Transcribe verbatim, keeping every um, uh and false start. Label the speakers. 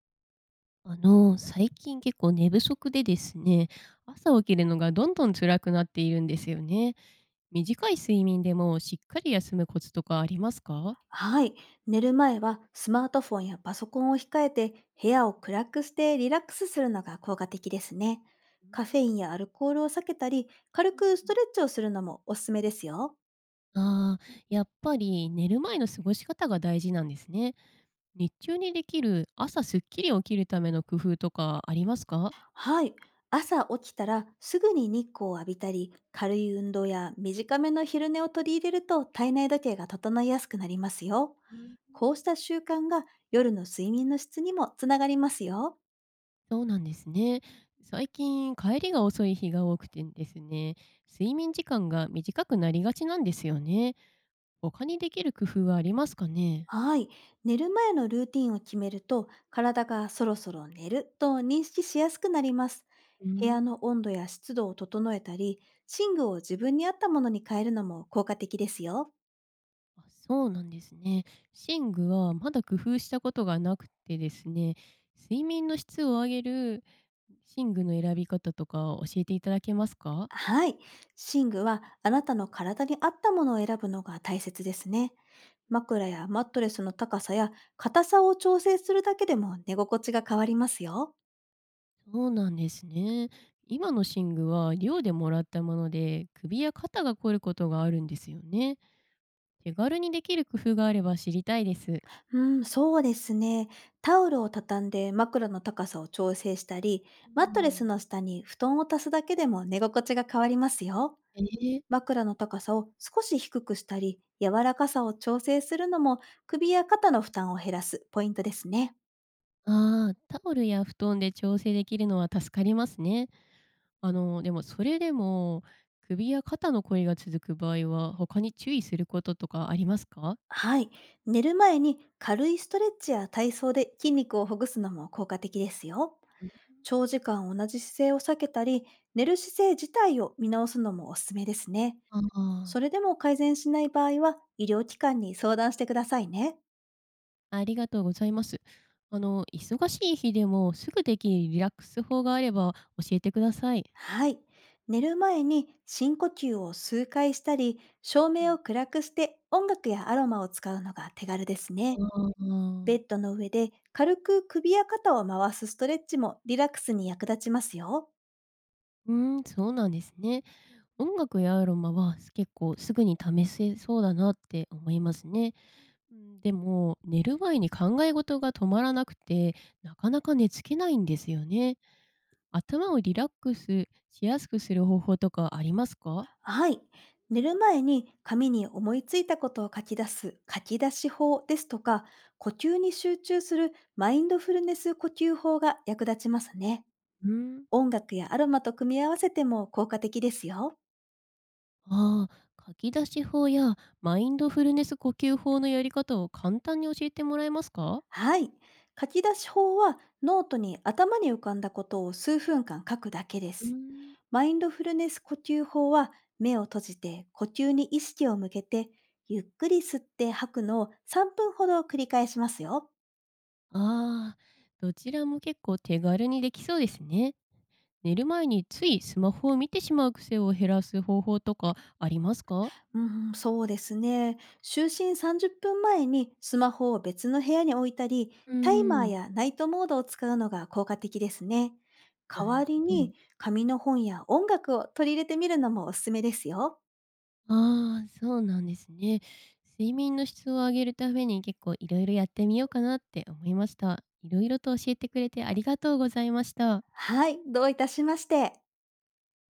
Speaker 1: あの、最近結構寝不足でですね、朝起きるのがどんどん辛くなっているんですよね。短い睡眠でもしっかり休むコツとかありますか？
Speaker 2: はい。寝る前はスマートフォンやパソコンを控えて、部屋を暗くしてリラックスするのが効果的ですね。
Speaker 1: うー
Speaker 2: カフェ
Speaker 1: ん。
Speaker 2: インやアルコールを避けたり、軽くストレッチをするのもおすすめですよ。
Speaker 1: ああー、やっぱり寝る前の過ごし方が大事なんですね。日中にできる朝すっきり起きるための工夫とかありますか？
Speaker 2: はい。朝起きたらすぐに日光を浴びたり、軽い運動や短めの昼寝を取り入れると、体内時計が整いやすくなりますよ。
Speaker 1: うん。
Speaker 2: こうした習慣が夜の睡眠の質にもつながりますよ。
Speaker 1: そうなんですね。最近帰りが遅い日が多くてですね、睡眠時間が短くなりがちなんですよね。他にできる工夫はありますかね？
Speaker 2: はい。寝る前のルーティンを決めると、体がそろそろ寝ると認識しやすくなります。
Speaker 1: うー
Speaker 2: 部屋
Speaker 1: ん。
Speaker 2: の温度や湿度を整えたり、寝具を自分に合ったものに変えるのも効果的ですよ。
Speaker 1: あ、そうなんですね。寝具はまだ工夫したことがなくてですね、睡眠の質を上げる寝具の選び方とか教えていただけますか？
Speaker 2: はい。寝具はあなたの体に合ったものを選ぶのが大切ですね。
Speaker 1: うん。
Speaker 2: 枕やマットレスの高さや硬さを調整するだけでも寝心地が変わりますよ。
Speaker 1: そうなんですね。今の寝具は寮でもらったもので、首や肩が凝ることがあるんですよね。手軽にできる工夫があれば知りたいです。う
Speaker 2: うん、そうですね。タオルを畳んで枕の高さを調整したり、マットレスの
Speaker 1: ん。
Speaker 2: 下に布団を足すだけでも寝心地が変わりますよ。
Speaker 1: えー。
Speaker 2: 枕の高さを少し低くしたり、柔らかさを調整するのも、首や肩の負担を減らすポイントですね。
Speaker 1: ああ、タオルや布団で調整できるのは助かりますね。あの、でもそれでも、首や肩のこりが続く場合は、他に注意することとかありますか？
Speaker 2: はい。寝る前に軽いストレッチや体操で筋肉をほぐすのも効果的ですよ。
Speaker 1: うん。
Speaker 2: 長時間同じ姿勢を避けたり、寝る姿勢自体を見直すのもおすすめですね。
Speaker 1: あ
Speaker 2: そ
Speaker 1: あ、
Speaker 2: れでも改善しない場合は、医療機関に相談してくださいね。
Speaker 1: ありがとうございます。あの、忙しい日でもすぐできるリラックス法があれば教えてください。
Speaker 2: はい。寝る前に深呼吸を数回したり、照
Speaker 1: う
Speaker 2: 明
Speaker 1: ん。
Speaker 2: を暗くして音楽やアロマを使うのが手軽ですね。
Speaker 1: あ
Speaker 2: ベ
Speaker 1: あ、
Speaker 2: ッドの上で軽く首や肩を回すストレッチも、リラックスに役立ちますよ。
Speaker 1: うん、そうなんですね。音楽やアロマは結構すぐに試せそうだなって思いますね。うん、でも、寝る前に考え事が止まらなくて、なかなか寝付けないんですよね。頭をリラックスしやすくする方法とかありますか？
Speaker 2: はい。寝る前に紙に思いついたことを書き出す書き出し法ですとか、呼吸に集中するマインドフルネス呼吸法が役立ちますね。
Speaker 1: うん、
Speaker 2: 音楽やアロマと組み合わせても効果的ですよ。
Speaker 1: ああ、書き出し法やマインドフルネス呼吸法のやり方を簡単に教えてもらえますか？
Speaker 2: はい。書き出し法はノートに頭に浮かんだことを数分間書くだけで
Speaker 1: う
Speaker 2: す。
Speaker 1: ん、
Speaker 2: マインドフルネス呼吸法は、目を閉じて呼吸に意識を向けて、ゆっくり吸って吐くのをさんぷんほど繰り返しますよ。
Speaker 1: ああ、どちらも結構手軽にできそうですね。寝る前についスマホを見てしまう癖を減らす方法とかありますか？
Speaker 2: うん、そうですね。就寝さんじゅっぷんまえにスマホを別の部屋に置いたり、
Speaker 1: う
Speaker 2: タイマー
Speaker 1: ん。
Speaker 2: やナイトモードを使うのが効果的ですね。代
Speaker 1: なる
Speaker 2: わり
Speaker 1: ほど。
Speaker 2: に紙の本や音楽を取り入れてみるのもおすすめですよ。
Speaker 1: ああ、そうなんですね。睡眠の質を上げるために結構いろいろやってみようかなって思いました。いろいろと教えてくれてありがとうございました。
Speaker 2: はい、どういたしまして。